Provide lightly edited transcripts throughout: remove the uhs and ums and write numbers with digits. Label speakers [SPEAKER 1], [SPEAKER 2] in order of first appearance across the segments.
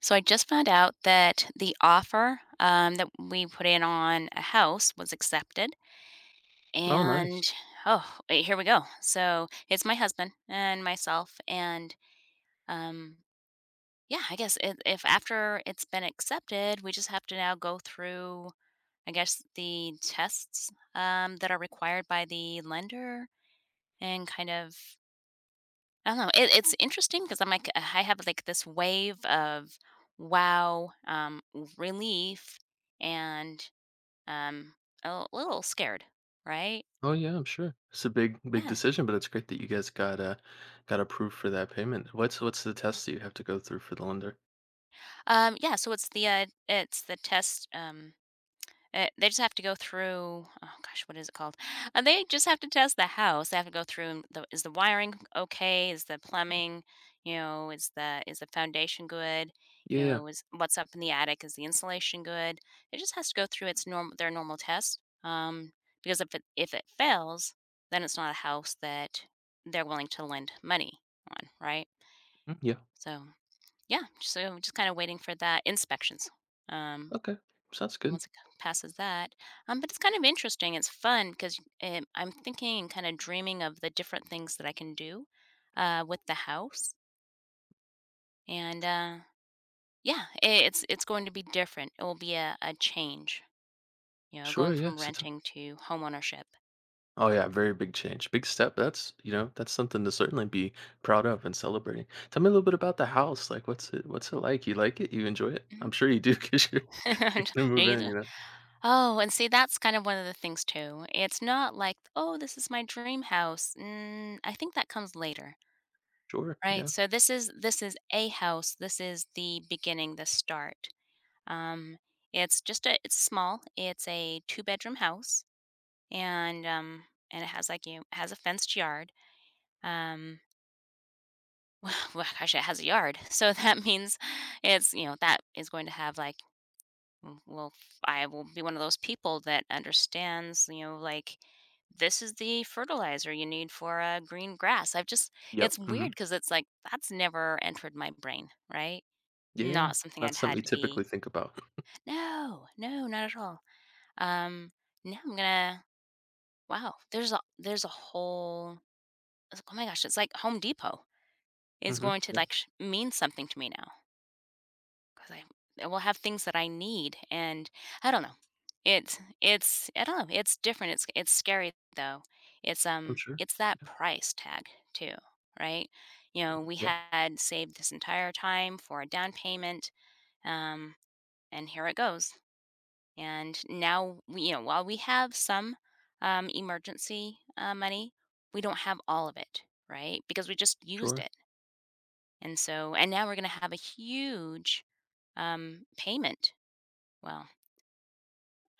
[SPEAKER 1] So I just found out that the offer that we put in on a house was accepted.
[SPEAKER 2] Oh, nice.
[SPEAKER 1] And oh, wait, here we go. So it's my husband and myself. And um, yeah, I guess if after it's been accepted, we just have to now go through, I guess, the tests that are required by the lender and kind of I don't know. It's interesting because I'm like I have like this wave of wow, relief, and um, a little scared, right?
[SPEAKER 2] Oh, yeah, I'm sure. It's a big, big
[SPEAKER 1] Yeah.
[SPEAKER 2] decision, but it's great that you guys got approved for that payment. What's the test that you have to go through for the lender?
[SPEAKER 1] Yeah. So it's the test. They just have to go through oh gosh, what is it called? They just have to test the house. They have to go through and the is the wiring okay? Is the plumbing, you know, is the foundation good?
[SPEAKER 2] Yeah,
[SPEAKER 1] You
[SPEAKER 2] yeah.
[SPEAKER 1] know, is what's up in the attic? Is the insulation good? It just has to go through its normal their normal test. Because if it fails, then it's not a house that they're willing to lend money on, right?
[SPEAKER 2] Mm, yeah.
[SPEAKER 1] So yeah, so just kind of waiting for that inspections. Um,
[SPEAKER 2] Okay, sounds
[SPEAKER 1] and
[SPEAKER 2] good.
[SPEAKER 1] once it passes that but it's kind of interesting, it's fun because I'm thinking and kind of dreaming of the different things that I can do with the house and yeah, it's going to be different. It will be a change, you know,
[SPEAKER 2] Sure,
[SPEAKER 1] going
[SPEAKER 2] yeah.
[SPEAKER 1] from renting to home ownership.
[SPEAKER 2] Oh, yeah, very big change, big step. That's, you know, that's something to certainly be proud of and celebrating. Tell me a little bit about the house. Like, what's it like? You like it? You enjoy it? I'm
[SPEAKER 1] Mhm.
[SPEAKER 2] sure you do because you're, you're
[SPEAKER 1] And
[SPEAKER 2] gonna move in.
[SPEAKER 1] you
[SPEAKER 2] You know.
[SPEAKER 1] oh and see, that's kind of one of the things too. It's not like, oh, this is my dream house. Mm, I think that comes later,
[SPEAKER 2] Sure.
[SPEAKER 1] right?
[SPEAKER 2] Yeah.
[SPEAKER 1] So this is a house. This is the beginning, the start. Um, it's just a it's small. It's a two-bedroom house, and it has like you it has a fenced yard. Um, well, gosh, it has a yard, so that means it's, you know, that is going to have like well, I will be one of those people that understands, you know, like this is the fertilizer you need for green grass. I've just
[SPEAKER 2] Yep.
[SPEAKER 1] it's
[SPEAKER 2] Hmm.
[SPEAKER 1] weird because it's like that's never entered my brain, right?
[SPEAKER 2] Yeah.
[SPEAKER 1] Not something
[SPEAKER 2] Not
[SPEAKER 1] I'd
[SPEAKER 2] something you
[SPEAKER 1] had to
[SPEAKER 2] typically
[SPEAKER 1] be.
[SPEAKER 2] think about.
[SPEAKER 1] No, no, not at all. Um, Now I'm gonna wow, there's a whole oh my gosh, it's like Home Depot is
[SPEAKER 2] Hmm.
[SPEAKER 1] going to
[SPEAKER 2] Yep.
[SPEAKER 1] like mean something to me now because I it will have things that I need. And I don't know. It's I don't know. It's different. It's scary though.
[SPEAKER 2] I'm sure.
[SPEAKER 1] It's that price tag too, right? You know, we
[SPEAKER 2] Yeah.
[SPEAKER 1] had saved this entire time for a down payment, um, and here it goes. And now, you know, while we have some emergency money, we don't have all of it, right? Because we just used
[SPEAKER 2] Sure.
[SPEAKER 1] it. And so, and now we're going to have a huge payment. Well,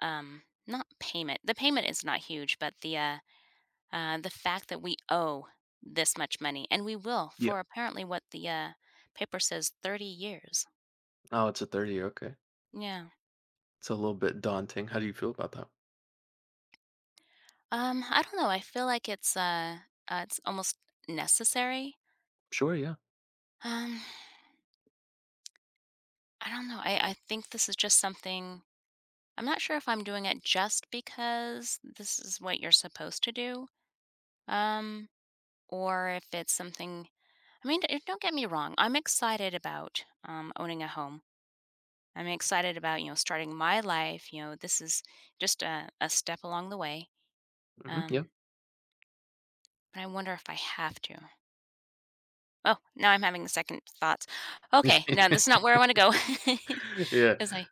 [SPEAKER 1] not payment. The payment is not huge, but the fact that we owe this much money, and we will
[SPEAKER 2] Yeah.
[SPEAKER 1] for apparently what the paper says, 30 years.
[SPEAKER 2] Oh, it's a 30, okay.
[SPEAKER 1] Yeah.
[SPEAKER 2] It's a little bit daunting. How do you feel about that?
[SPEAKER 1] I don't know. I feel like it's almost necessary.
[SPEAKER 2] Sure, yeah.
[SPEAKER 1] Um, I don't know. I think this is just something I'm not sure if I'm doing it just because this is what you're supposed to do. Um, or if it's something I mean, don't get me wrong. I'm excited about owning a home. I'm excited about, you know, starting my life. You know, this is just a step along the way.
[SPEAKER 2] Mhm, yeah.
[SPEAKER 1] Um, but I wonder if I have to. Oh, now I'm having second thoughts. Okay, no, this is not where I wanna go.
[SPEAKER 2] Yeah.
[SPEAKER 1] Because I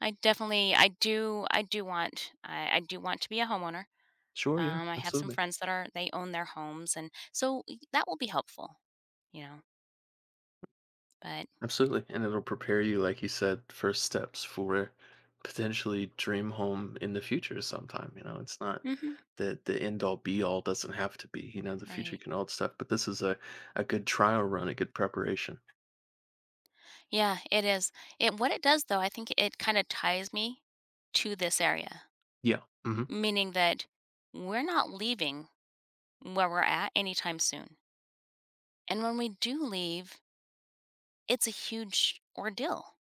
[SPEAKER 1] I definitely I do want I do want to be a homeowner.
[SPEAKER 2] Sure, yeah,
[SPEAKER 1] I have some
[SPEAKER 2] absolutely.
[SPEAKER 1] friends that are they own their homes, and so y that will be helpful, you know, but
[SPEAKER 2] Absolutely, and it'll prepare you, like you said, first steps for potentially dream home in the future sometime, you know? It's not
[SPEAKER 1] Mhm,
[SPEAKER 2] the end all be all, doesn't have to be, you know, the future
[SPEAKER 1] right.
[SPEAKER 2] can hold stuff, but this is a good trial run, a good preparation.
[SPEAKER 1] Yeah, it is. It what it does, though, I think it kinda ties me to this area,
[SPEAKER 2] Yeah. Mhm.
[SPEAKER 1] meaning that we're not leaving where we're at anytime soon, and when we do leave, it's a huge ordeal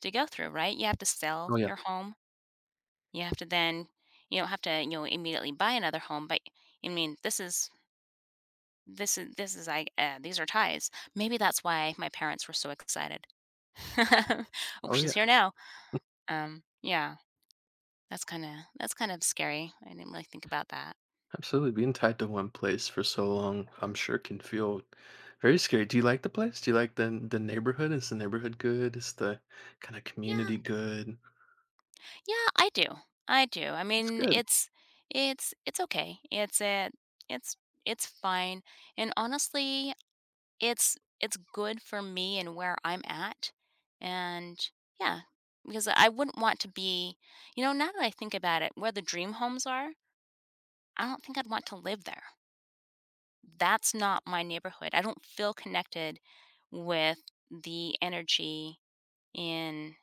[SPEAKER 1] to go through, right? You have to
[SPEAKER 2] Oh,
[SPEAKER 1] sell
[SPEAKER 2] yeah.
[SPEAKER 1] your home. You have to then you don't have to, you know, immediately buy another home, but I mean this is this is like these are ties. Maybe that's why my parents were so excited. Oh,
[SPEAKER 2] Oh,
[SPEAKER 1] she's
[SPEAKER 2] yeah.
[SPEAKER 1] here now. Yeah, that's kind of that's kind of scary. I didn't really think about that.
[SPEAKER 2] Absolutely. Being tied to one place for so long, I'm sure can feel very scary. Do you like the place? Do you like the neighborhood? Is the neighborhood good? Is the kind of
[SPEAKER 1] Yeah,
[SPEAKER 2] community good?
[SPEAKER 1] yeah, I do. I do. I
[SPEAKER 2] It's
[SPEAKER 1] mean,
[SPEAKER 2] good.
[SPEAKER 1] it's it's okay. It's it's fine. And honestly, it's good for me and where I'm at, and yeah, because I wouldn't want to be, you know, now that I think about it, where the dream homes are, I don't think I'd want to live there. That's not my neighborhood. I don't feel connected with the energy in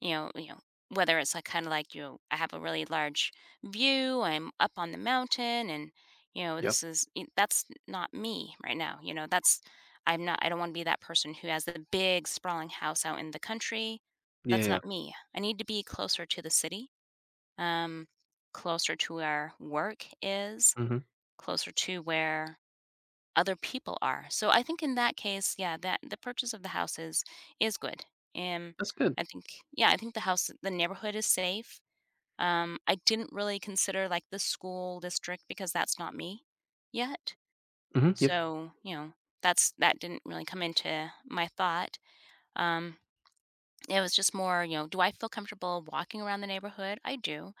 [SPEAKER 1] you know, whether it's, like, kinda like, you know, I have a really large view. I'm up on the mountain, and, you know,
[SPEAKER 2] Yep.
[SPEAKER 1] this is e that's not me right now, you know? That's I'm not I don't wanna be that person who has the big sprawling house out in the country.
[SPEAKER 2] Yeah,
[SPEAKER 1] That's
[SPEAKER 2] yeah.
[SPEAKER 1] not me. I need to be closer to the city, um, closer to where work is,
[SPEAKER 2] Hmm.
[SPEAKER 1] closer to where other people are. So I think in that case, yeah, that the purchase of the house is good. Um,
[SPEAKER 2] That's good.
[SPEAKER 1] I think yeah, I think the neighborhood is safe. I didn't really consider like the school district because that's not me yet.
[SPEAKER 2] Hmm. Yep.
[SPEAKER 1] So, you know, that's that didn't really come into my thought. Um it was just more, you know, do I feel comfortable walking around the neighborhood? I do.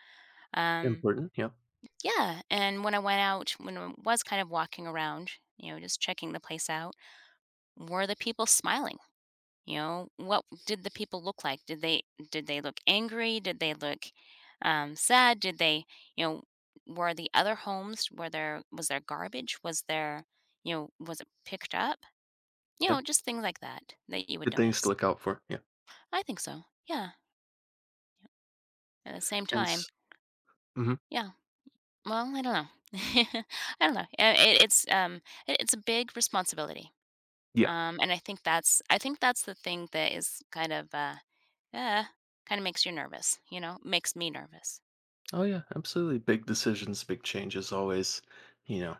[SPEAKER 1] Um
[SPEAKER 2] Important. Yep.
[SPEAKER 1] yeah, and when I went out, when I was kind of walking around, you know, just checking the place out, were the people smiling? You know, what did the people look like? Did they look angry? Did they look sad? Did they, you know, were there was there garbage? Was there, you know, was it picked up? You know,
[SPEAKER 2] Yep.
[SPEAKER 1] just things like that that you would
[SPEAKER 2] Good things to
[SPEAKER 1] notice.
[SPEAKER 2] look out for. Yeah.
[SPEAKER 1] I think so. Yeah. At the same
[SPEAKER 2] And
[SPEAKER 1] time,
[SPEAKER 2] s- mhm.
[SPEAKER 1] yeah. Well, I don't know. I don't know. It's it's a big responsibility.
[SPEAKER 2] Yeah.
[SPEAKER 1] And I think that's the thing that is uh kind of makes you nervous. You know, makes me nervous.
[SPEAKER 2] Oh yeah, absolutely. Big decisions, big changes always, you know,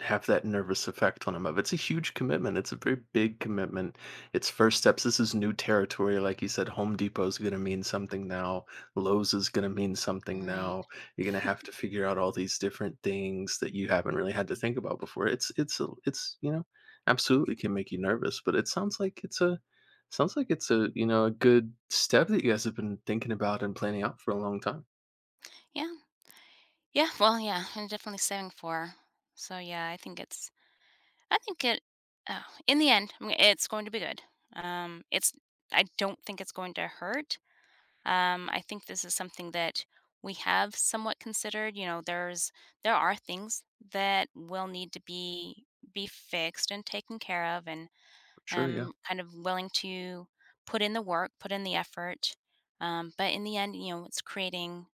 [SPEAKER 2] have that nervous effect on him. Of, it's a huge commitment, it's a very big commitment, it's first steps, this is new territory, like you said, Home Depot is going to mean something now, Lowes is going to mean something
[SPEAKER 1] Right.
[SPEAKER 2] now. You're going to have to figure out all these different things that you haven't really had to think about before. It's you know, absolutely can make you nervous, but it sounds like it's a sounds like it's a, you know, a good step that you guys have been thinking about and planning out for a long time.
[SPEAKER 1] Yeah. Yeah. Well, yeah. I'm definitely saving for. So yeah, I think it's. I think it. Oh, in the end, I mean, it's going to be good. It's. I don't think it's going to hurt. I think this is something that we have somewhat considered. You know, there's there are things that will need to be fixed and taken care of, and
[SPEAKER 2] Sure, yeah.
[SPEAKER 1] kind of willing to put in the work, put in the effort. But in the end, you know, it's creating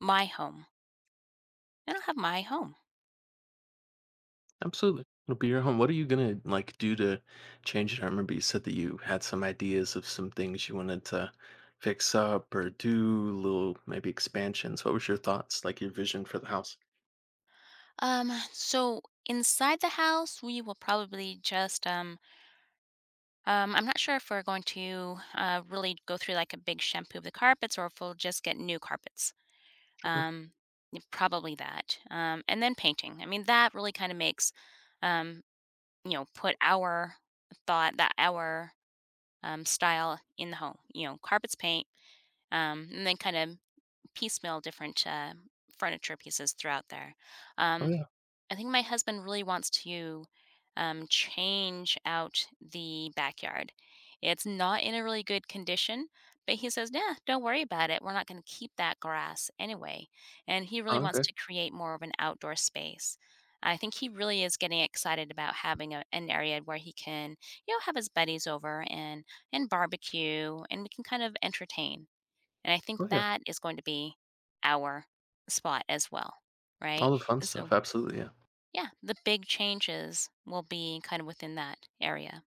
[SPEAKER 1] my home. Then I will have my home.
[SPEAKER 2] Absolutely. It'll be your home.
[SPEAKER 1] Nope.
[SPEAKER 2] What are you gonna like do to change it? I remember you said that you had some ideas of some things you wanted to fix up or do, little maybe expansions. What was your thoughts, like your vision for the house?
[SPEAKER 1] So inside the house, we will probably just I'm not sure if we're going to really go through like a big shampoo of the carpets or if we'll just get new carpets.
[SPEAKER 2] Sure.
[SPEAKER 1] Um, Probably that. And then painting. I mean, that really kind of makes, um, you know, put our thought, that our style in the home. You know, carpets, paint, and then kind of piecemeal different furniture pieces throughout there.
[SPEAKER 2] Oh
[SPEAKER 1] Um,
[SPEAKER 2] yeah.
[SPEAKER 1] I think my husband really wants to change out the backyard. It's not in a really good condition, but he says, "Nah, don't worry about it. We're not going to keep that grass anyway." And he really
[SPEAKER 2] Oh,
[SPEAKER 1] wants
[SPEAKER 2] okay.
[SPEAKER 1] to create more of an outdoor space. I think he really is getting excited about having an area where he can, you know, have his buddies over and barbecue, and we can kind of entertain. And I think
[SPEAKER 2] Oh yeah.
[SPEAKER 1] that is going to be our spot as well,
[SPEAKER 2] All
[SPEAKER 1] right?
[SPEAKER 2] the fun
[SPEAKER 1] And
[SPEAKER 2] stuff.
[SPEAKER 1] so
[SPEAKER 2] Absolutely. Yeah.
[SPEAKER 1] yeah, the big changes will be kind of within that area.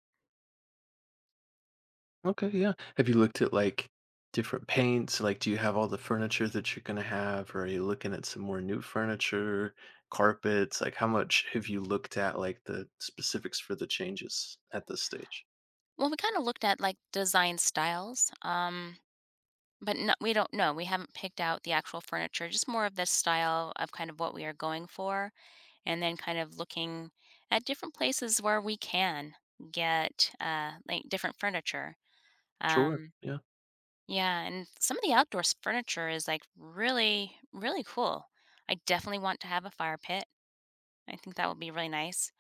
[SPEAKER 2] Okay. Yeah. Have you looked at like different paints? Like, do you have all the furniture that you're gonna have, or are you looking at some more new furniture, carpets? Like, how much have you looked at like the specifics for the changes at this stage?
[SPEAKER 1] Well, we kind of looked at like design styles, but no, we don't know. We haven't picked out the actual furniture, just more of the style of kind of what we are going for, and then kind of looking at different places where we can get like different furniture.
[SPEAKER 2] Sure,
[SPEAKER 1] Um,
[SPEAKER 2] yeah.
[SPEAKER 1] yeah, and some of the outdoor furniture is like really, really cool. I definitely want to have a fire pit. I think that would be really nice.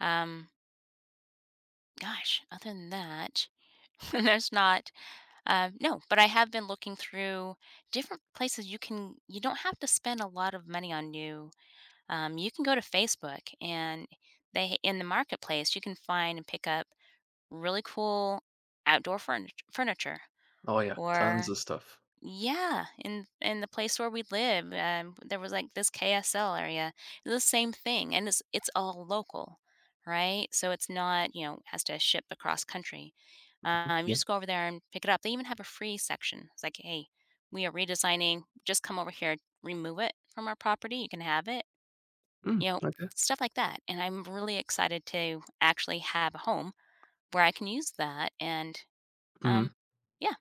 [SPEAKER 1] Um, Gosh, other than that, there's not no, but I have been looking through different places you can you don't have to spend a lot of money on new. You can go to Facebook and they in the marketplace, you can find and pick up really cool outdoor furniture
[SPEAKER 2] Oh, yeah, tons
[SPEAKER 1] or
[SPEAKER 2] of stuff.
[SPEAKER 1] yeah, in the place where we live, there was like this KSL area. It's the same thing, and it's all local, right? So it's not, you know, has to ship across country.
[SPEAKER 2] Mhm,
[SPEAKER 1] You
[SPEAKER 2] yeah.
[SPEAKER 1] just go over there and pick it up. They even have a free section. It's like, hey, we are redesigning. Just come over here, remove it from our property. You can have it.
[SPEAKER 2] Mm,
[SPEAKER 1] You know,
[SPEAKER 2] okay.
[SPEAKER 1] stuff like that. And I'm really excited to actually have a home where I can use that. And
[SPEAKER 2] Mhm.
[SPEAKER 1] um, yeah,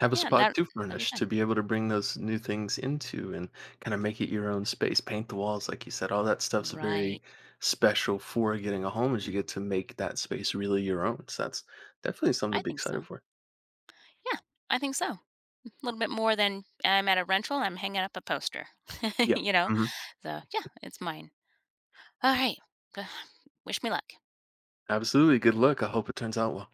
[SPEAKER 2] Have a
[SPEAKER 1] yeah,
[SPEAKER 2] spot
[SPEAKER 1] that
[SPEAKER 2] to
[SPEAKER 1] that'd be
[SPEAKER 2] furnish, to
[SPEAKER 1] fun.
[SPEAKER 2] be able to bring those new things into and kinda make it your own space, paint the walls, like you said, all that stuff's very
[SPEAKER 1] Right.
[SPEAKER 2] special for getting a home as you
[SPEAKER 1] Right.
[SPEAKER 2] get to make that space really your own, so that's definitely something to
[SPEAKER 1] I
[SPEAKER 2] be
[SPEAKER 1] think
[SPEAKER 2] excited
[SPEAKER 1] so.
[SPEAKER 2] for.
[SPEAKER 1] Yeah, I think so. A little bit more than I'm at a rental, I'm hanging up a poster,
[SPEAKER 2] Yeah.
[SPEAKER 1] you know?
[SPEAKER 2] Mhm.
[SPEAKER 1] So, yeah, it's mine. All right. Wish me luck.
[SPEAKER 2] Absolutely, good luck, I hope it turns out well.